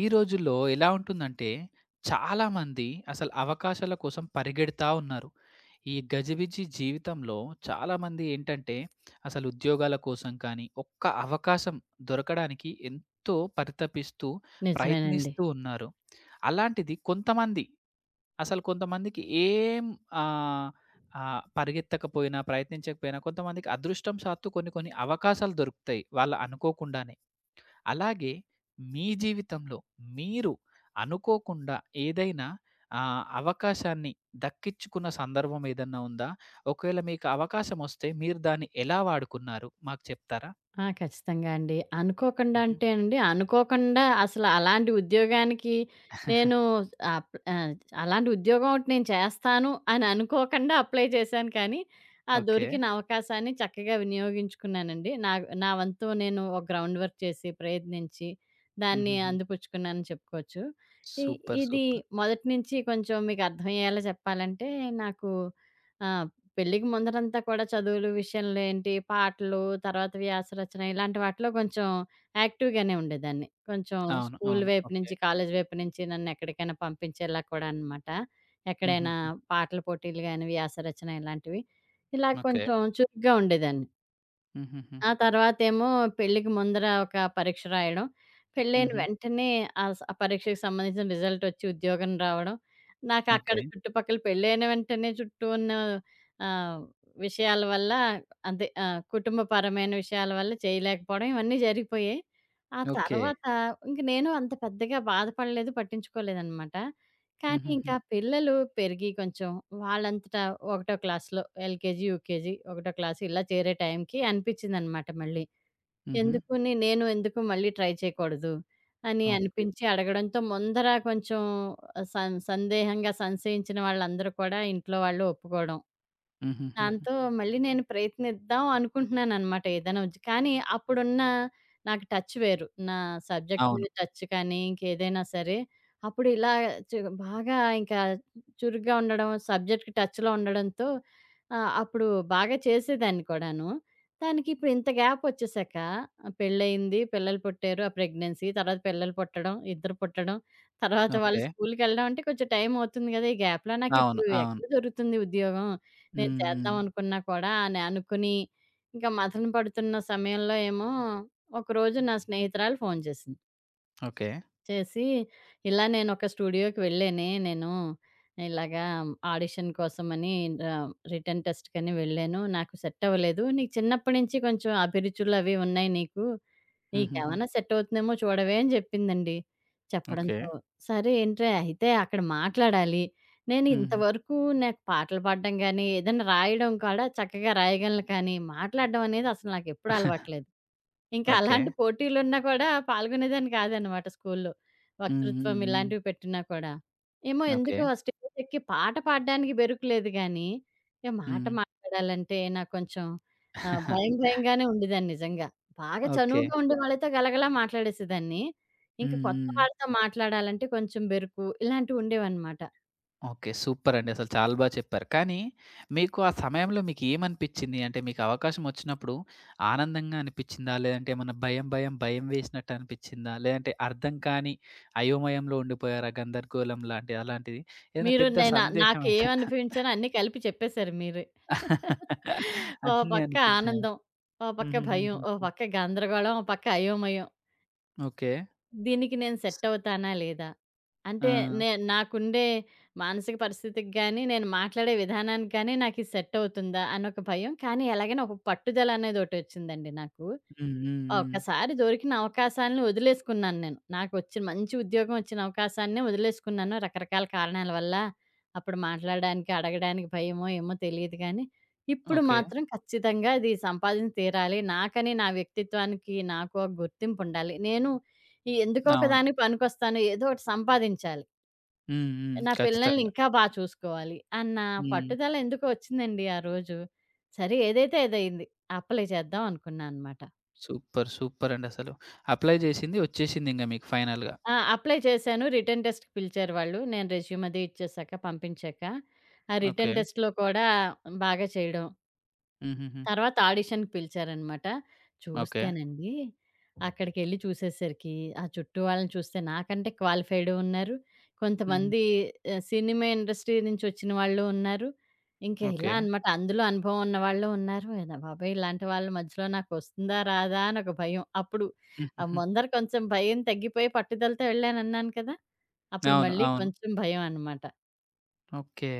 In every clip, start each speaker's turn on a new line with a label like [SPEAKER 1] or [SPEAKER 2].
[SPEAKER 1] ఈ రోజుల్లో ఎలా ఉంటుందంటే, చాలామంది అసలు అవకాశాల కోసం పరిగెడతా ఉన్నారు. ఈ గజిబిజి జీవితంలో చాలామంది ఏంటంటే, అసలు ఉద్యోగాల కోసం కానీ, ఒక్క అవకాశం దొరకడానికి ఎంతో పరితపిస్తూ,
[SPEAKER 2] నిజమేనండి.
[SPEAKER 1] ప్రయత్నిస్తూ ఉన్నారు. అలాంటిది కొంతమంది, అసలు కొంతమందికి ఏం ఆహ్, పరిగెత్తకపోయినా, ప్రయత్నించకపోయినా కొంతమందికి అదృష్టం సాత్తు కొన్ని కొన్ని అవకాశాలు దొరుకుతాయి. వాళ్ళు అనుకోకుండానే. అలాగే మీ జీవితంలో మీరు అనుకోకుండా ఏదైనా అవకాశాన్ని దక్కించుకున్న సందర్భం ఏదన్నా ఉందా? ఒకవేళ మీకు అవకాశం వస్తే మీరు దాన్ని ఎలా వాడుకున్నారు? మాకు చెప్తారా?
[SPEAKER 2] ఆ! ఖచ్చితంగా అండి. అనుకోకుండా
[SPEAKER 1] హుహు.
[SPEAKER 2] అంటే అండి, అనుకోకుండా అసలు అలాంటి ఉద్యోగానికి నేను అప్ ఆహ్, అలాంటి ఉద్యోగం ఒకటి నేను చేస్తాను అని అనుకోకుండా అప్లై చేశాను కానీ, ఆ
[SPEAKER 1] ఓకే.
[SPEAKER 2] దొరికిన అవకాశాన్ని చక్కగా వినియోగించుకున్నానండి. నా నా వంతు నేను ఒక గ్రౌండ్ వర్క్ చేసి, ప్రయత్నించి దాన్ని
[SPEAKER 1] హుహుహు.
[SPEAKER 2] అందిపుచ్చుకున్నానని చెప్పుకోవచ్చు. ఇ
[SPEAKER 1] సూపర్.
[SPEAKER 2] ఇది
[SPEAKER 1] సూపర్.
[SPEAKER 2] మొదటి నుంచి కొంచెం మీకు అర్థమయ్యేలా చెప్పాలంటే నాకు ఆహ్, పెళ్ళికి ముందరంతా కూడా చదువులు విషయంలో ఏంటి, పాటలు, తర్వాత వ్యాస రచన ఇలాంటి వాటిలో కొంచెం యాక్టివ్‌గానే ఉండేదాన్ని. కొంచెం
[SPEAKER 1] అవును.
[SPEAKER 2] స్కూల్
[SPEAKER 1] అవును.
[SPEAKER 2] వైపు
[SPEAKER 1] ఓకే.
[SPEAKER 2] నుంచి, కాలేజీ వైపు నుంచి నన్నెక్కడికైనా పంపించేలా కూడా అనమాట.
[SPEAKER 1] హుహుహు.
[SPEAKER 2] ఎక్కడైనా పాటల పోటీలు గాని, వ్యాస రచన ఇలాంటివి. ఇలా
[SPEAKER 1] ఓకే.
[SPEAKER 2] కొంచెం చురుగ్గా ఉండేదాన్ని.
[SPEAKER 1] హుహుహు.
[SPEAKER 2] ఆ తర్వాతేమో పెళ్ళికి ముందర ఒక పరీక్ష రాయడం. పెళ్ళైన
[SPEAKER 1] హుహు.
[SPEAKER 2] వెంటనే ఆ పరీక్షకి సంబంధించిన రిజల్టొచ్చి ఉద్యోగం రావడం. నాకక్కడ
[SPEAKER 1] ఓకే.
[SPEAKER 2] చుట్టుపక్కల పెళ్ళైన వెంటనే చుట్టూ ఉన్న ఆహ్, విషయాల వల్ల అదే కుటుంబపరమైన విషయాల వల్ల చేయలేకపోవడం ఇవన్నీ జరిగిపోయాయి. ఆ
[SPEAKER 1] ఓకే.
[SPEAKER 2] తర్వాత ఇంక నేను అంత పెద్దగా బాధపడలేదు, పట్టించుకోలేదనమాట. కానీ
[SPEAKER 1] హుహుహు.
[SPEAKER 2] ఇంకా పిల్లలు పెరిగి కొంచెం వాళ్ళంతటా ఒకటో క్లాస్‌లో ఎల్‌కేజీ, యూకేజీ ఒకటో క్లాస్ ఇలా చేరే టైంకి అనిపించిందనమాట మళ్ళీ.
[SPEAKER 1] హుహు.
[SPEAKER 2] ఎందుకుని నేను ఎందుకు మళ్ళీ ట్రై చేయకూడదు అని
[SPEAKER 1] ఓకే.
[SPEAKER 2] అనిపించి అడగడంతో ముందర కొంచెం సందేహంగా సంశయించిన వాళ్ళందరూ కూడా ఇంట్లో వాళ్ళు ఒప్పుకోవడం.
[SPEAKER 1] హుహుహు.
[SPEAKER 2] దాంతో మళ్ళీ నేను ప్రయత్నిద్దాం అనుకుంటున్నాననమాట ఏదైనా కానీ అప్పుడున్న నాకు టచ్ వేరు. నా సబ్జెక్ట్
[SPEAKER 1] అవును.
[SPEAKER 2] మీద టచ్ కానీ, ఇంకేదైనా సరే, అప్పుడు ఇలా చు బాగా ఇంకా చురుగ్గా ఉండడం, సబ్జెక్ట్‌కి టచ్‌లో ఉండడంతో అప్పుడు బాగా చేసేదాన్ని కూడాను. దానికి ఇప్పుడు ఇంత గ్యాప్ వచ్చేసాక పెళ్లయింది, పిల్లలు పుట్టారు. ఆ ప్రెగ్నెన్సీ తర్వాత పిల్లలు పుట్టడం, ఇద్దరు పుట్టడం, తర్వాత వాళ్ళు
[SPEAKER 1] ఓకే.
[SPEAKER 2] స్కూల్‌కెళ్ళడం అంటే కొంచెం టైం అవుతుంది కదా! ఈ గ్యాప్‌లో
[SPEAKER 1] అవును.
[SPEAKER 2] నాకిప్పుడు
[SPEAKER 1] అవును.
[SPEAKER 2] ఎక్కడ దొరుకుతుంది ఉద్యోగం? నేను
[SPEAKER 1] హ్మ్. హ్మ్.
[SPEAKER 2] చేద్దాం అనుకున్నా కూడా అని అనుకుని, ఇంకా మథన పడుతున్న సమయంలో ఏమో, ఒకరోజు నా స్నేహితురాలు ఫోను చేసింది.
[SPEAKER 1] ఓకే.
[SPEAKER 2] చేసి, "ఇలా నేను ఒక స్టూడియోకి వెళ్ళానే నేను. ఇలాగా ఆడిషన్ కోసమని రిటన్ టెస్ట్‌కని వెళ్ళాను. నాకు సెట్ అవ్వలేదు. నీకు చిన్నప్పటి నుంచి కొంచెం అభిరుచులు అవి ఉన్నాయి నీకు"
[SPEAKER 1] హుహుహు.
[SPEAKER 2] నీకేమన్నా సెట్ అవుతుందేమో చూడవే అని చెప్పిందండి.
[SPEAKER 1] ఓకే.
[SPEAKER 2] చెప్పడంతో, సరే ఏంట్రా అయితే అక్కడ మాట్లాడాలి. నేను
[SPEAKER 1] హ్మ్.
[SPEAKER 2] ఇంతవరకు నాకు పాటలు పాడడం గానీ, ఏదైనా రాయడం కూడా చక్కగా రాయగలను కానీ, మాట్లాడడం అనేది అసలు నాకెప్పుడు అలవాట్లేదు. ఇంకా
[SPEAKER 1] ఓకే.
[SPEAKER 2] అలాంటి పోటీలున్నా కూడా పాల్గొనేదాన్ని కాదనమాట స్కూల్లో.
[SPEAKER 1] హ్మ్. హ్మ్.
[SPEAKER 2] వక్తృత్వం
[SPEAKER 1] హ్మ్.
[SPEAKER 2] ఇలాంటివి పెట్టినా కూడా. ఏమో
[SPEAKER 1] ఓకే.
[SPEAKER 2] ఎందుకో ఆ స్టేజెక్కి పాట పాడడానికి బెరుకులేదు గానీ, ఇక మాట
[SPEAKER 1] హ్మ్.
[SPEAKER 2] మాట్లాడాలంటే నాకు కొంచెం భయం భయంగానే ఉండేదాన్ని నిజంగా. బాగా
[SPEAKER 1] ఓకే.
[SPEAKER 2] చనువుగా ఉండేవాళ్ళతో గలగలా మాట్లాడేసేదాన్ని. ఇంక
[SPEAKER 1] హ్మ్.
[SPEAKER 2] కొత్త
[SPEAKER 1] హ్మ్.
[SPEAKER 2] వాళ్ళతో మాట్లాడాలంటే కొంచెం బెరుకు ఇలాంటివి ఉండేవనమాట.
[SPEAKER 1] ఓకే. సూపరండి. అసలు చాలా బా చెప్పారు. కానీ మీకు ఆ సమయంలో మీకేమనిపిచ్చింది? అంటే మీకు అవకాశం వచ్చినప్పుడు ఆనందంగా అనిపిచ్చిందా? లేదంటే ఏమన్నా భయం, భయం, భయం వేసినట్టు అనిపిచ్చిందా? లేదంటే అర్థం కాని అయోమయంలో ఉండిపోయారా? గందరగోళం లాంటి అలాంటిది ఏదైనా
[SPEAKER 2] మీరు
[SPEAKER 1] పెద్ద
[SPEAKER 2] నేనా
[SPEAKER 1] సందేహమైన
[SPEAKER 2] నాకేమనిపించానో అన్నీ కలిపి చెప్పేశారు మీరే. ఓ
[SPEAKER 1] అన్నీ
[SPEAKER 2] పక్క
[SPEAKER 1] అనిపించాయా?
[SPEAKER 2] ఆనందం, ఓ పక్క భయం, ఓ
[SPEAKER 1] హుహుహుహుహు.
[SPEAKER 2] పక్క గందరగోళం, ఓ పక్క అయోమయం.
[SPEAKER 1] ఓకే.
[SPEAKER 2] దీనికి నేను
[SPEAKER 1] స్
[SPEAKER 2] సెట్ అవుతానా? లేదా?
[SPEAKER 1] ఆ!
[SPEAKER 2] అంటే నాకుండే మానసిక పరిస్థితికి గానీ, నేను మాట్లాడే విధానానికి గానీ నాకిది సెట్ అవుతుందా? అనొక భయం. కానీ ఎలాగైనా ఒక పట్టుదల అనేదోటొచ్చిందండి నాకు.
[SPEAKER 1] హ్మ్. హ్మ్. హ్మ్.
[SPEAKER 2] ఒక్కసారి దొరికిన అవకాశాలను వదిలేసుకున్నాను నేను. నాకొచ్చిన మంచి ఉద్యోగం వచ్చిన అవకాశాన్నే వదిలేసుకున్నాను రకరకాల కారణాల వల్ల. అప్పుడు మాట్లాడడానికి, అడగడానికి భయమో, ఏమో తెలీదు గానీ, ఇప్పుడు
[SPEAKER 1] ఓకే.
[SPEAKER 2] మాత్రం ఖచ్చితంగా ఇది సంపాదించి తీరాలి. నాకని, నా వ్యక్తిత్వానికి నాకు ఒక గుర్తింపుండాలి. నేను ఎందుకో
[SPEAKER 1] అవును.
[SPEAKER 2] ఒకదానికి పనికొస్తాను. ఏదో ఒకటి సంపాదించాలి.
[SPEAKER 1] హ్మ్. హ్మ్.
[SPEAKER 2] నా పిల్లల్ని
[SPEAKER 1] ఖచ్చితంగా.
[SPEAKER 2] ఇంకా బా చూసుకోవాలి అన్న
[SPEAKER 1] హ్మ్.
[SPEAKER 2] పట్టుదల ఎందుకో వచ్చిందండి ఆ రోజు. సరే ఏదైతే అదయింది. అప్లై చేద్దాం అనుకున్నా అనమాట.
[SPEAKER 1] సూపర్. సూపరండి అసలు. అప్లై చేసింది వచ్చేసిందింక మీకు ఫైనల్‌గా.
[SPEAKER 2] ఆ! అప్లై చేశాను. రిటన్ టెస్ట్‌కి పిలిచారు వాళ్ళు. నేను రెజ్యూమ్ అది ఇచ్చేసాక, పంపించాక, ఆ
[SPEAKER 1] ఓకే.
[SPEAKER 2] రిటన్ టెస్ట్‌లో కూడా బాగా చేయడం.
[SPEAKER 1] హుహుహు.
[SPEAKER 2] తర్వాత ఆడిషన్‌కి పిలిచారనమాట.
[SPEAKER 1] ఓకే.
[SPEAKER 2] చూస్తేనండి అక్కడికెళ్ళి చూసేసరికి ఆ చుట్టూ వాళ్ళని చూస్తే నాకంటే క్వాలిఫైడ్ ఉన్నారు.
[SPEAKER 1] హుహు.
[SPEAKER 2] కొంతమంది సినిమా ఇండస్ట్రీ నుంచి వచ్చిన వాళ్ళు ఉన్నారు. ఇంక ఇలా
[SPEAKER 1] ఓకే.
[SPEAKER 2] అనమాట. అందులో అనుభవం ఉన్న వాళ్ళు ఉన్నారు. ఎద బాబోయ్! ఇలాంటి వాళ్ళ మధ్యలో నాకొస్తుందా? రాదా? అని ఒక భయం. అప్పుడు
[SPEAKER 1] హుహుహు.
[SPEAKER 2] ముందర కొంచెం భయం తగ్గిపోయి పట్టుదలతో వెళ్ళానన్నాను కదా! అప్పుడు
[SPEAKER 1] అవును.
[SPEAKER 2] మళ్ళీ
[SPEAKER 1] అవును.
[SPEAKER 2] కొంచెం భయం అనమాట.
[SPEAKER 1] ఓకే.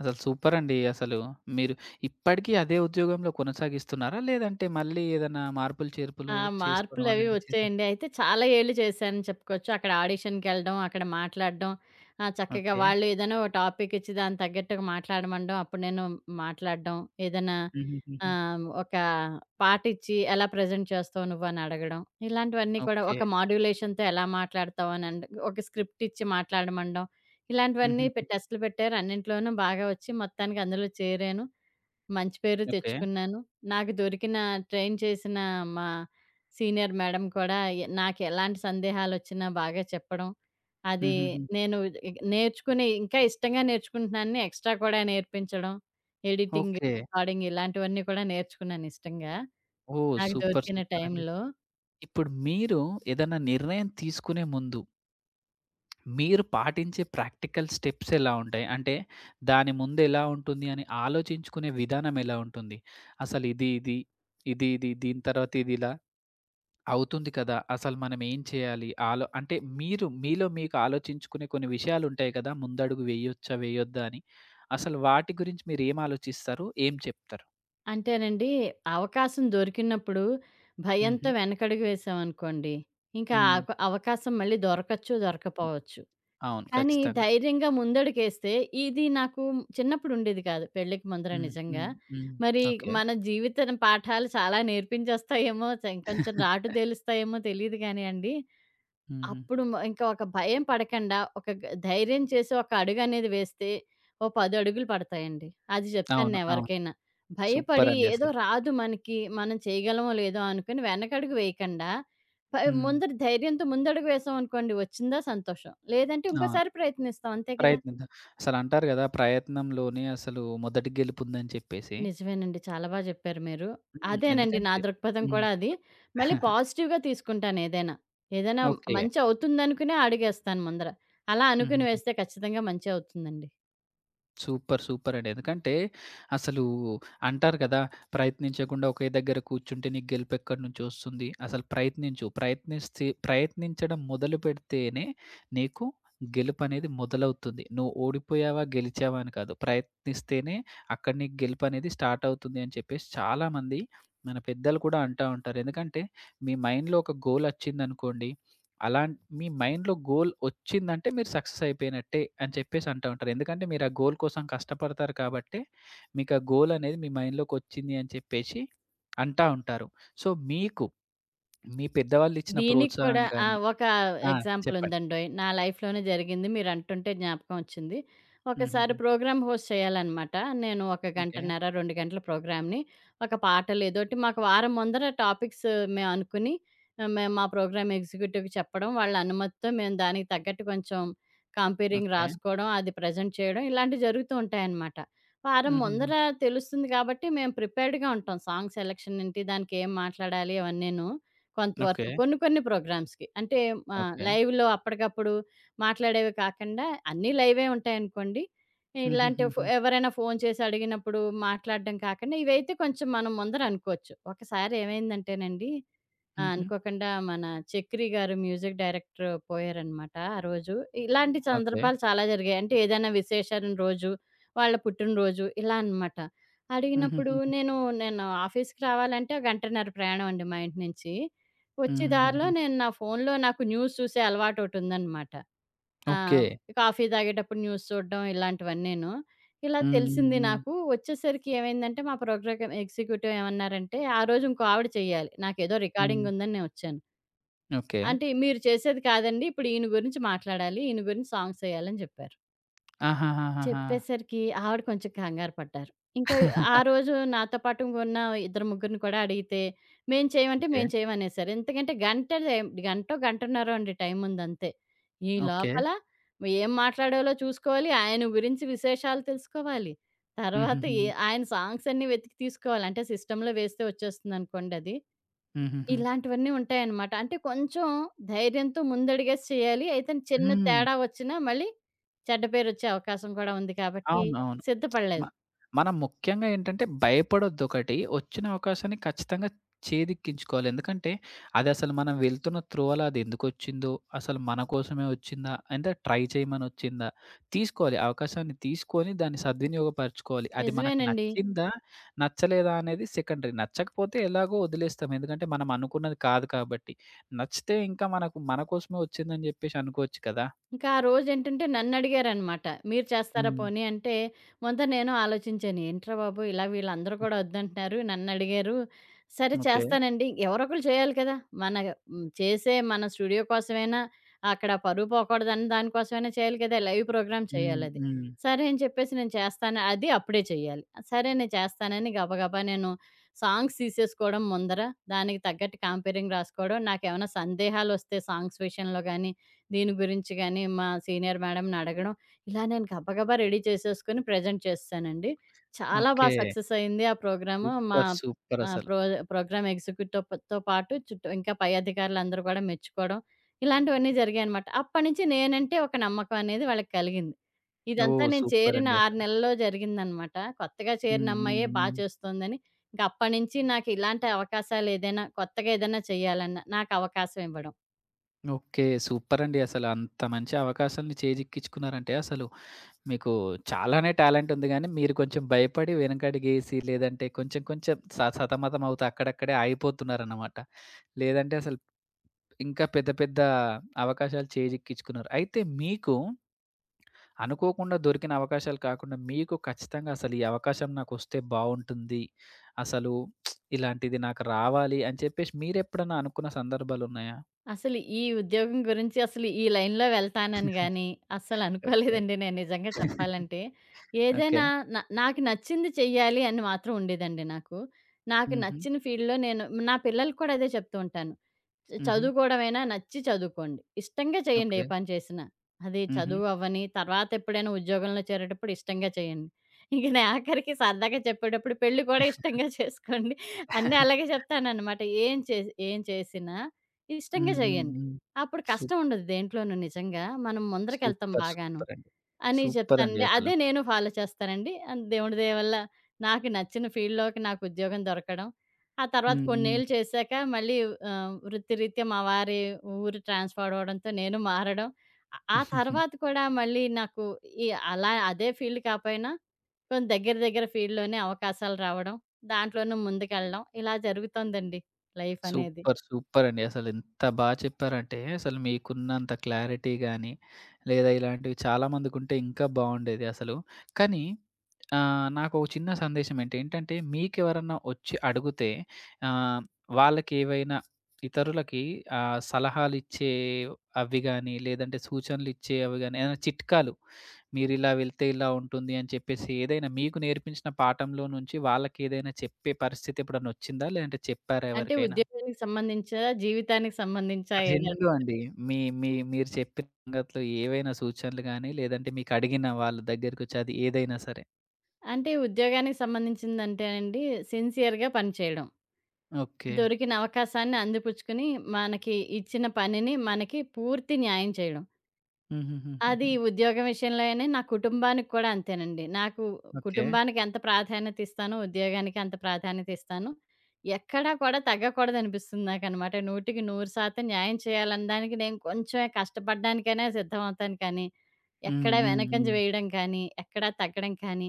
[SPEAKER 1] అసలు సూపరండి అసలు. మీరు ఇప్పటికి అదే ఉద్యోగంలో కొనసాగిస్తున్నారా? లేదంటే మళ్ళీ ఏదైనా మార్పులు, చేర్పులు
[SPEAKER 2] ఆ!
[SPEAKER 1] చేసుకోవడం
[SPEAKER 2] మార్పులవి
[SPEAKER 1] అలాంటివి చేసి
[SPEAKER 2] వచ్చాయండి. అయితే చాలా ఏళ్ళు చేశాను చెప్పుకోవచ్చు. అక్కడ ఆడిషన్‌కెళ్ళడం, అక్కడ మాట్లాడడం, చక్కగా
[SPEAKER 1] ఓకే.
[SPEAKER 2] వాళ్ళు ఏదైనా ఓ టాపిక్ ఇచ్చి దానికి తగ్గట్టుగా మాట్లాడమనడం, అప్పుడు నేను మాట్లాడడం. ఏదైనా
[SPEAKER 1] హుహుహుహు.
[SPEAKER 2] ఒక పాట ఇచ్చి ఎలా ప్రెజెంట్ చేస్తావు నువ్వు అని అడగడం. ఇలాంటివన్నీ కూడా
[SPEAKER 1] ఓకే.
[SPEAKER 2] ఒక మాడ్యులేషన్‌తో ఎలా మాట్లాడతావు అని అండ్ ఒక స్క్రిప్ట్ ఇచ్చి మాట్లాడమనడం. ఇలాంటివన్నీ
[SPEAKER 1] హుహుహు.
[SPEAKER 2] టెస్ట్‌లు పెట్టారు. అన్నింట్లోనూ బాగా వచ్చి మొత్తానికి అందులో చేరాను. మంచి పేరు
[SPEAKER 1] ఓకే.
[SPEAKER 2] తెచ్చుకున్నాను. నాకు దొరికిన ట్రైన్ చేసిన మా సీనియర్ మేడం కూడా నాకు ఎలాంటి సందేహాలొచ్చినా బాగా చెప్పడం. అది
[SPEAKER 1] హుహుహు.
[SPEAKER 2] నేను నేర్చుకుని ఇంకా ఇష్టంగా నేర్చుకుంటున్నానని ఎక్స్‌ట్రా కూడా నేర్పించడం. Editing,
[SPEAKER 1] okay.
[SPEAKER 2] రికార్డింగ్ ఇలాంటివన్నీ కూడా నేర్చుకున్నాను ఇష్టంగా.
[SPEAKER 1] ఓహ్!
[SPEAKER 2] నాకు
[SPEAKER 1] సూపర్.
[SPEAKER 2] దొరికిన
[SPEAKER 1] సూపరండి.
[SPEAKER 2] టైంలో.
[SPEAKER 1] ఇప్పుడు మీరు ఏదైనా నిర్ణయం తీసుకునే ముందు మీరు పాటించే ప్రాక్టికల్ స్టెప్స్ ఎలా ఉంటాయి? అంటే దాని ముందు ఎలా ఉంటుంది అని ఆలోచించుకునే విధానం ఎలా ఉంటుంది? అసలు ఇది ఇది, ఇది ఇది, దీని తర్వాత ఇది ఇలా అవుతుంది కదా! అసలు మనం ఏం చేయాలి? అంటే మీరు మీలో మీకు ఆలోచించుకునే కొన్ని విషయాలు ఉంటాయి కదా! ముందడుగు వేయొచ్చా? వేయొద్దా? అని. అసలు వాటి గురించి మీరు ఏం ఆలోచిస్తారు? ఏం చెప్తారు?
[SPEAKER 2] అంటేనండి అవకాశం దొరికినప్పుడు
[SPEAKER 1] హుహు.
[SPEAKER 2] భయంతో వెనకడుగు వేసామనుకోండి, ఇంకా
[SPEAKER 1] హ్మ్.
[SPEAKER 2] అవకాశం మళ్ళీ దొరకచ్చు, దొరకపోవచ్చు.
[SPEAKER 1] అవును.
[SPEAKER 2] కానీ
[SPEAKER 1] ఖచ్చితంగా.
[SPEAKER 2] ధైర్యంగా ముందడుగేస్తే ఇది నాకు చిన్నప్పుడు ఉండేది కాదు. పెళ్ళికి ముందర
[SPEAKER 1] హ్మ్.
[SPEAKER 2] నిజంగా.
[SPEAKER 1] హ్మ్. హ్మ్.
[SPEAKER 2] మరి
[SPEAKER 1] ఓకే.
[SPEAKER 2] మన జీవితం పాఠాలు చాలా నేర్పించేస్తాయేమో, కొంచెం రాటు తేలుస్తాయేమో తెలీదు గానియండి.
[SPEAKER 1] హుహు.
[SPEAKER 2] అప్పుడు ఇంకా ఒక భయం పడకండా, ఒక ధైర్యం చేసి ఒక అడుగనేది వేస్తే, ఓ 10 అడుగులు పడతాయండి. అది చెప్తాను
[SPEAKER 1] అవును. అవును.
[SPEAKER 2] నేనెవరికైనా.
[SPEAKER 1] సూపర్
[SPEAKER 2] భయపడి
[SPEAKER 1] అండి
[SPEAKER 2] ఏదో
[SPEAKER 1] అసలు.
[SPEAKER 2] రాదు మనకి, మనం చేయగలమో లేదో అనుకుని వెనకడుగు వేయకండా,
[SPEAKER 1] హ్మ్.
[SPEAKER 2] ముందర ధైర్యంతో ముందడుగు వేసామనుకోండి, వచ్చిందా సంతోషం. లేదంటే
[SPEAKER 1] అవును.
[SPEAKER 2] ఇంకోసారి ప్రయత్నిస్తాం అంతే కదా!
[SPEAKER 1] ప్రయత్నిద్దాం. అసలంటారు గదా! ప్రయత్నంలోనే అసలు మొదటి గెలుపుందని చెప్పేసి.
[SPEAKER 2] నిజమేనండి. చాలా బా జెప్పారు మీరు.
[SPEAKER 1] హ్మ్.
[SPEAKER 2] అదేనండి నా
[SPEAKER 1] ఎందుకంటే
[SPEAKER 2] దృక్పథం
[SPEAKER 1] హ్మ్.
[SPEAKER 2] కూడా అది.
[SPEAKER 1] చెప్పండి.
[SPEAKER 2] మళ్ళీ పాజిటివ్‌గా తీసుకుంటాను ఏదైనా. ఏదైనా
[SPEAKER 1] ఓకే.
[SPEAKER 2] మంచి అవుతుందనుకునే అడుగేస్తాను ముందర. అలా అనుకుని
[SPEAKER 1] హుహు.
[SPEAKER 2] వేస్తే ఖచ్చితంగా మంచే అవుతుందండి.
[SPEAKER 1] సూపర్. సూపరండి. ఎందుకంటే అసలు అంటారు కదా! ప్రయత్నించకుండా ఒకే దగ్గర కూర్చుంటే నీకు గెలుపెక్కడి నుంచొస్తుంది. అసలు ప్రయత్నించు. ప్రయత్నిస్తే ప్రయత్నించడం మొదలుపెడితేనే నీకు గెలుపనేది మొదలవుతుంది. నువ్వు ఓడిపోయావా, గెలిచావా అని కాదు. ప్రయత్నిస్తేనే అక్కడ నీకు గెలుపనేది స్టార్ట్ అవుతుంది అని చెప్పేసి చాలామంది మన పెద్దలు కూడా అంటా ఉంటారు. ఎందుకంటే మీ మైండ్‌లో ఒక గోల్ అచ్చిందనుకోండి మీ మైండ్‌లో గోల్ ఒచ్చిందంటే మీరు సక్సెస్ అయిపోయినట్టే అని చెప్పేసి అంటా ఉంటారు. ఎందుకంటే మీరు ఆ గోల్ కోసం కష్టపడతారు కాబట్టే, మీకు ఆ గోల్ అనేది మీ మైండ్‌లోకొచ్చింది అని చెప్పేసి అంటా ఉంటారు. సో, మీకు మీ పెద్దవాళ్ళు ఇచ్చిన
[SPEAKER 2] దీనికి కూడా
[SPEAKER 1] ప్రోత్సాహం
[SPEAKER 2] ఆ!
[SPEAKER 1] గాని
[SPEAKER 2] ఒక
[SPEAKER 1] ఆ!
[SPEAKER 2] ఎగ్జాంపుల్
[SPEAKER 1] చెప్పండి.
[SPEAKER 2] ఉందండోయ్. నా లైఫ్‌లోనే జరిగింది. మీరంటుంటే జ్ఞాపకం వచ్చింది. ఒకసారి
[SPEAKER 1] హుహుహు.
[SPEAKER 2] ప్రోగ్రామ్ హోస్ట్ చేయాలనమాట. నేను ఒక
[SPEAKER 1] ఓకే.
[SPEAKER 2] గంటన్నర, 2 గంటల ప్రోగ్రామ్‌ని ఒక పాటలు ఏదోటి మాకు వారం ముందర టాపిక్స్ మేము అనుకుని మేము మా ప్రోగ్రామ్ ఎగ్జిక్యూటివ్‌కి చెప్పడం, వాళ్ళ అనుమతితో మేము దానికి తగ్గట్టు కొంచెం కంపేరింగ్
[SPEAKER 1] ఓకే.
[SPEAKER 2] రాసుకోవడం, అది ప్రెజెంట్ చేయడం ఇలాంటివి జరుగుతూ ఉంటాయనమాట. వారం
[SPEAKER 1] హుహుహు.
[SPEAKER 2] ముందర తెలుస్తుంది కాబట్టి మేము ప్రిపేర్డ్‌గా ఉంటాం. సాంగ్ సెలక్షన్ ఏంటి, దానికి ఏం మాట్లాడాలి అవన్నీను.
[SPEAKER 1] ఓకే.
[SPEAKER 2] కొంతవరకు. కొన్ని కొన్ని ప్రోగ్రామ్స్‌కి. అంటే
[SPEAKER 1] ఓకే.
[SPEAKER 2] లైవ్‌లో అప్పటికప్పుడు మాట్లాడేవి కాకుండా అన్నీ లైవే ఉంటాయనుకోండి. ఇలాంటి
[SPEAKER 1] హుహుహుహు.
[SPEAKER 2] ఎవరైనా ఫోన్ చేసి అడిగినప్పుడు మాట్లాడడం కాకుండా ఇవైతే కొంచెం మనం ముందర అనుకోవచ్చు. ఒకసారి ఏమైందంటేనండి
[SPEAKER 1] హుహు.
[SPEAKER 2] అనుకోకుండా మన 'చక్రి' గారు మ్యూజిక్ డైరెక్టర్ పోయారనమాట ఆ రోజు. ఇలాంటి
[SPEAKER 1] ఓకే.
[SPEAKER 2] సందర్భాలు చాలా జరిగాయి. అంటే ఏదైనా విశేషాల రోజు, వాళ్ళ పుట్టినరోజు ఇలా అనమాట. అడిగినప్పుడు
[SPEAKER 1] హుహుహుహు.
[SPEAKER 2] నేను నేను ఆఫీస్‌కి రావాలంటే ఒక గంటన్నర ప్రయాణం అండి మా ఇంటి నుంచి. వచ్చే దారిలో
[SPEAKER 1] హుహుహుహు.
[SPEAKER 2] నేను నా ఫోన్‌లో నాకు న్యూస్ చూసే అలవాటోటుందనమాట.
[SPEAKER 1] ఓకే.
[SPEAKER 2] ఆహ్, కాఫీ తాగేటప్పుడు న్యూస్ చూడడం ఇలాంటివన్నీను. ఇలా
[SPEAKER 1] హ్మ్. హ్మ్.
[SPEAKER 2] తెలిసింది
[SPEAKER 1] హ్మ్.
[SPEAKER 2] నాకు. వచ్చేసరికి ఏమైందంటే మా ప్రోగ్రామ్ ఎగ్జిక్యూటివ్ ఏమన్నారంటే, "ఆ రోజు ఇంకో ఆవిడ చేయాలి. నాకేదో
[SPEAKER 1] హ్మ్.
[SPEAKER 2] రికార్డింగ్ ఉందని నేనొచ్చాను."
[SPEAKER 1] ఓకే.
[SPEAKER 2] అంటే, "మీరు చేసేది కాదండి. ఇప్పుడు ఈయన గురించి మాట్లాడాలి. ఈయన గురించి సాంగ్స్ ఎయ్యాలని" చెప్పారు.
[SPEAKER 1] ఆహాహాహాహా!
[SPEAKER 2] చెప్పేసరికి ఆవిడ కొంచెం కంగారు పడ్డారు. ఇంకా ఆ రోజు నాతో పాటు ఉన్న ఇద్దరు ముగ్గురిని కూడా అడిగితే, "మేము చేయమంటే
[SPEAKER 1] ఓకే.
[SPEAKER 2] మేము చేయమనేసారు." ఎందుకంటే గంట టైం గంటో, గంటన్నరో అండి టైం ఉందంతే. ఈ
[SPEAKER 1] ఓకే.
[SPEAKER 2] లోపల ఏం మాట్లాడాలో చూసుకోవాలి, ఆయన గురించి విశేషాలు తెలుసుకోవాలి. తర్వాత
[SPEAKER 1] హుహుహుహు.
[SPEAKER 2] ఆయన సాంగ్స్ అన్నీ వెతికి తీసుకోవాలి. అంటే సిస్టమ్‌లో వేస్తే వచ్చేస్తుందనుకోండి అది.
[SPEAKER 1] హుహుహు.
[SPEAKER 2] ఇలాంటివన్నీ ఉంటాయన్నమాట. అంటే కొంచెం ధైర్యంతో ముందడుగేసి చేయాలి. అయితే చిన్న
[SPEAKER 1] హ్మ్.
[SPEAKER 2] తేడా వచ్చినా మళ్ళీ చెడ్డ పేరొచ్చే అవకాశం కూడా ఉంది కాబట్టి
[SPEAKER 1] అవును. అవును. మ
[SPEAKER 2] సిద్ధపడలేదు.
[SPEAKER 1] మనం ముఖ్యంగా ఏంటంటే భయపడొద్దొకటి. వచ్చిన అవకాశాన్ని ఖచ్చితంగా చేదిక్కించుకోవాలి. ఎందుకంటే అదసలు మనం వెళ్తున్న త్రోవలో అదెందుకొచ్చిందో, అసలు మన కోసమే వచ్చిందా? అంటే ట్రై చేయమనొచ్చిందా? తీసుకోవాలి. అవకాశాన్ని తీసుకొని దాన్ని సద్వినియోగపరచుకోవాలి. అది మనకు
[SPEAKER 2] నిజమేనండి.
[SPEAKER 1] నచ్చిందా? నచ్చలేదా? అనేది సెకండరీ. నచ్చకపోతే ఎలాగో వదిలేస్తాం. ఎందుకంటే మనం అనుకున్నది కాదు కాబట్టి. నచ్చితే ఇంకా మనకు మన కోసమే వచ్చిందని జెప్పేసి అనుకోవచ్చు కదా!
[SPEAKER 2] ఇంకా ఆ రోజేంటంటే నన్నడిగారనమాట. "మీరు చేస్తారా
[SPEAKER 1] హ్మ్.
[SPEAKER 2] పోనీ" అంటే, ముందు నేను ఆలోచించాను. ఏంట్రా బాబు! ఇలా వీళ్ళందరూ కూడా వద్దంటున్నారు. నన్నడిగారు. సరే
[SPEAKER 1] ఓకే.
[SPEAKER 2] చేస్తానండి. ఎవరొకళ్ళు చేయాలి కదా! మన చేసే మన స్టూడియో కోసమైనా, అక్కడ పరువు పోకూడదన్న దానికోసమైనా చేయాలి కదా! లైవ్ ప్రోగ్రామ్
[SPEAKER 1] హ్మ్.
[SPEAKER 2] చేయాలది.
[SPEAKER 1] హ్మ్.
[SPEAKER 2] సరే అని చెప్పేసి నేను చేస్తాను. అది అప్పుడే చేయాలి. సరే నేను చేస్తానని గబగబా నేను సాంగ్స్ తీసేసుకోవడం ముందర, దానికి తగ్గట్టు కాంపేరింగ్ రాసుకోవడం, నాకేమైనా సందేహాలొస్తే సాంగ్స్ విషయంలో గాని దీని గురించి గాని, మా సీనియర్ మేడంని అడగడం, ఇలా నేను గబగబా రెడీ చేసేసుకొని ప్రెజెంట్ చేసేసానండి. చాలా బా
[SPEAKER 1] ఓకే.
[SPEAKER 2] సక్సెస్ అయింది ఆ ప్రోగ్రాము. మా
[SPEAKER 1] సూపర్.
[SPEAKER 2] ఆహ్,
[SPEAKER 1] సూపరసలు.
[SPEAKER 2] ప్రో ప్రోగ్రామ్ ఎగ్జిక్యూటివ్‌తో పాటు చుట్టూ ఇంకా పై అధికారులందరూ కూడా మెచ్చుకోవడం, ఇలాంటివన్నీ జరిగాయనమాట. అప్పటినుంచి నేనంటే ఒక నమ్మకం అనేది వాళ్ళకి కలిగింది. ఇదంతా
[SPEAKER 1] ఓహ్!
[SPEAKER 2] నేను చేరిన
[SPEAKER 1] సూపరండి
[SPEAKER 2] 6
[SPEAKER 1] అసలు.
[SPEAKER 2] నెలల్లో జరిగిందనమాట. కొత్తగా
[SPEAKER 1] హ్మ్.
[SPEAKER 2] చేరిన
[SPEAKER 1] హ్మ్.
[SPEAKER 2] అమ్మాయే బా
[SPEAKER 1] హ్మ్.
[SPEAKER 2] చేస్తోందని. ఇంక అప్పటినుంచి నాకు ఇలాంటి అవకాశాలు ఏదైనా కొత్తగా ఏదైనా చేయాలన్నా నాకు అవకాశం ఇవ్వడం.
[SPEAKER 1] ఓకే. సూపరండి అసలు. అంత మంచి అవకాశాలని చేజిక్కించుకున్నారంటే అసలు మీకు చాలానే టాలెంట్ ఉంది గానీ, మీరు కొంచెం భయపడి వెనకడుగేసి లేదంటే కొంచెం కొంచెం సతమతం అవుతూ అక్కడక్కడే ఆగిపోతున్నారన్నమాట. లేదంటే అసలు ఇంకా పెద్ద పెద్ద అవకాశాలు చేజిక్కించుకున్నారు. అయితే మీకు అనుకోకుండా దొరికిన అవకాశాలు కాకుండా మీకు ఖచ్చితంగా అసలు ఈ అవకాశం నాకొస్తే బావుంటుంది. అసలు ఇలాంటిది నాకు రావాలి అని చెప్పేసి మీరెప్పుడన్నా అనుకున్న సందర్భాలున్నాయా?
[SPEAKER 2] అసలు ఈ ఉద్యోగం గురించి అసలు ఈ లైన్‌లో వెళ్తానని గాని, అస్సలు
[SPEAKER 1] ఓకే.
[SPEAKER 2] అనుకోలేదండి నేను నిజంగా చెప్పాలంటే.
[SPEAKER 1] ఓకే.
[SPEAKER 2] ఏదైనా నాకు నచ్చింది చెయ్యాలి అని మాత్రం ఉండేదండి నాకు. నాకు
[SPEAKER 1] హుహు.
[SPEAKER 2] నచ్చిన ఫీల్డ్‌లో నేను నా పిల్లలకి కూడా అదే చెప్తూ ఉంటాను.
[SPEAKER 1] హుహు.
[SPEAKER 2] చదువుకోవడమైనా నచ్చి చదువుకోండి. ఇష్టంగా చేయండి
[SPEAKER 1] ఓకే.
[SPEAKER 2] ఏ పని చేసినా. అది
[SPEAKER 1] హుహు.
[SPEAKER 2] చదువు అవ్వని, తర్వాత ఎప్పుడైనా ఉద్యోగంలో చేరేటప్పుడు ఇష్టంగా చేయండి. ఇంక నేను ఆఖరికి సరదాగా చెప్పేటప్పుడు పెళ్లి కూడా ఇష్టంగా చేసుకోండి. అన్నీ అలాగే చెప్తాననమాట. ఏం చేసి ఏం చేసినా ఇష్టంగా
[SPEAKER 1] హ్మ్. హ్మ్.
[SPEAKER 2] చేయండి.
[SPEAKER 1] హ్మ్.
[SPEAKER 2] అప్పుడు
[SPEAKER 1] సూప్
[SPEAKER 2] కష్టం ఉండదు దేంట్లోనూ నిజంగా. మనం ముందరకెళ్తాం
[SPEAKER 1] సూపర్.
[SPEAKER 2] బాగాను.
[SPEAKER 1] సూపరండి.
[SPEAKER 2] అని
[SPEAKER 1] సూపరండి
[SPEAKER 2] చెప్తానండి.
[SPEAKER 1] అసలు.
[SPEAKER 2] అదే నేను ఫాలో చేస్తానండి. దేవుడి దయ వల్ల నాకు నచ్చిన ఫీల్డ్‌లోకి నాకు ఉద్యోగం దొరకడం. ఆ తర్వాత
[SPEAKER 1] హ్మ్. హ్మ్.
[SPEAKER 2] కొన్నేళ్ళు చేశాక మళ్ళీ వృత్తిరీత్యా మా వారి ఊరు ట్రాన్స్‌ఫర్ అవ్వడంతో నేను మారడం. ఆ తర్వాత కూడా మళ్ళీ నాకు ఈ అలా అదే ఫీల్డ్ కాపోయినా కొంచెం దగ్గర దగ్గర ఫీల్డ్‌లోనే అవకాశాలు రావడం. దాంట్లోనూ ముందుకెళ్ళడం. ఇలా జరుగుతోందండి లైఫ్ అనేది.
[SPEAKER 1] సూపర్! సూపరండి. అసలెంత బా చెప్పారంటే, అసలు మీకున్నంత క్లారిటీ గానీ, లేదా ఇలాంటివి చాలా మందికుంటే ఇంకా బావుండేది అసలు. కానీ నాకొక చిన్న సందేశం ఏంటంటే, మీకెవరన్నా ఒచ్చి అడుగుతే ఆహ్, వాళ్ళకేవైనా ఇతరులకి సలహాలిచ్చే అవి గానీ, లేదంటే సూచనలిచ్చే అవి గానీ, ఏదైనా చిట్కాలు మీరిలా వెళ్తే ఇలా ఉంటుంది అని చెప్పేసి ఏదైనా మీకు నేర్పించిన పాఠంలో నుంచి వాళ్ళకేదైనా చెప్పే పరిస్థితి ఎప్పుడన్నొచ్చిందా? లేదంటే చెప్పారా
[SPEAKER 2] అంటే
[SPEAKER 1] ఎవరికైనా?
[SPEAKER 2] ఉద్యోగానికి సంబంధించా, జీవితానికి సంబంధించా ఏదైనా.
[SPEAKER 1] 2 అండి. మీ మీ మీరు చెప్పిన సంగతులు ఏవైనా సూచనలు గాని, లేదంటే మీకడిగిన వాళ్ళ దగ్గరకొచ్చి అది ఏదైనా సరే.
[SPEAKER 2] అంటే ఉద్యోగానికి సంబంధించిందంటేనండి సిన్సియర్‌గా పని చేయడం.
[SPEAKER 1] ఓకే.
[SPEAKER 2] దొరికిన అవకాశాన్ని అందిపుచ్చుకొని, మనకి ఇచ్చిన పనిని మనకి పూర్తి న్యాయం చేయడం. అది
[SPEAKER 1] హుహుహుహుహు.
[SPEAKER 2] ఉద్యోగం విషయంలో అయినా, నా కుటుంబానికి కూడా అంతేనండి. నాకు
[SPEAKER 1] ఓకే.
[SPEAKER 2] కుటుంబానికి ఎంత ప్రాధాన్యత ఇస్తానో, ఉద్యోగానికి అంత ప్రాధాన్యత ఇస్తాను. ఎక్కడా కూడా తగ్గకూడదనిపిస్తుంది నాకనమాట. 100కి 100% న్యాయం చేయాలని దానికి నేను కొంచెం కష్టపడడానికైనా సిద్ధమవుతాను కానీ,
[SPEAKER 1] హ్మ్.
[SPEAKER 2] ఎక్కడా
[SPEAKER 1] హ్మ్.
[SPEAKER 2] వెనకంజ
[SPEAKER 1] హ్మ్.
[SPEAKER 2] వేయడం కానీ, ఎక్కడా తగ్గడం కానీ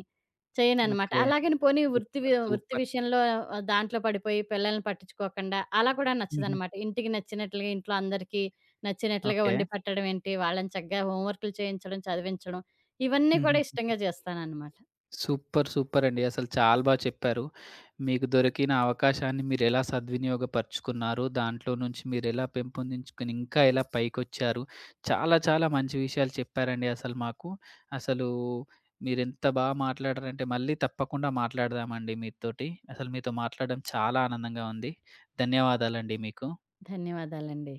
[SPEAKER 2] చేయననమాట.
[SPEAKER 1] ఓకే.
[SPEAKER 2] అలాగని పోనీ వృత్తి
[SPEAKER 1] సూపర్.
[SPEAKER 2] వృత్తి
[SPEAKER 1] సూపర్.
[SPEAKER 2] విషయంలో దాంట్లో పడిపోయి పిల్లల్ని పట్టించుకోకుండా అలా కూడా
[SPEAKER 1] హుహు.
[SPEAKER 2] నచ్చదనమాట. ఇంటికి నచ్చినట్లుగా ఇంట్లో అందరికీ నచ్చినట్లుగా
[SPEAKER 1] ఓకే.
[SPEAKER 2] వండి పెట్టడం ఏంటి, వాళ్ళని చక్కగా హోంవర్క్‌లు చేయించడం, చదివించడం ఇవన్నీ కూడా ఇష్టంగా
[SPEAKER 1] హుహుహు.
[SPEAKER 2] చేస్తాననమాట.
[SPEAKER 1] సూపర్! సూపరండి. అసలు చాలా బా చెప్పారు. మీకు దొరికిన అవకాశాన్ని మీరెలా సద్వినియోగపరుచుకున్నారు, దాంట్లో నుంచి మీరెలా పెంపొందించుకొని ఇంకా ఎలా పైకొచ్చారు. చాలా చాలా మంచి విషయాలు చెప్పారండి అసలు మాకు. అసలు మీరెంత బా మాట్లాడారంటే మళ్ళీ తప్పకుండా మాట్లాడదామండి మీతోటి. అసలు మీతో మాట్లాడడం చాలా ఆనందంగా ఉంది. ధన్యవాదాలండి మీకు.
[SPEAKER 2] ధన్యవాదాలండి.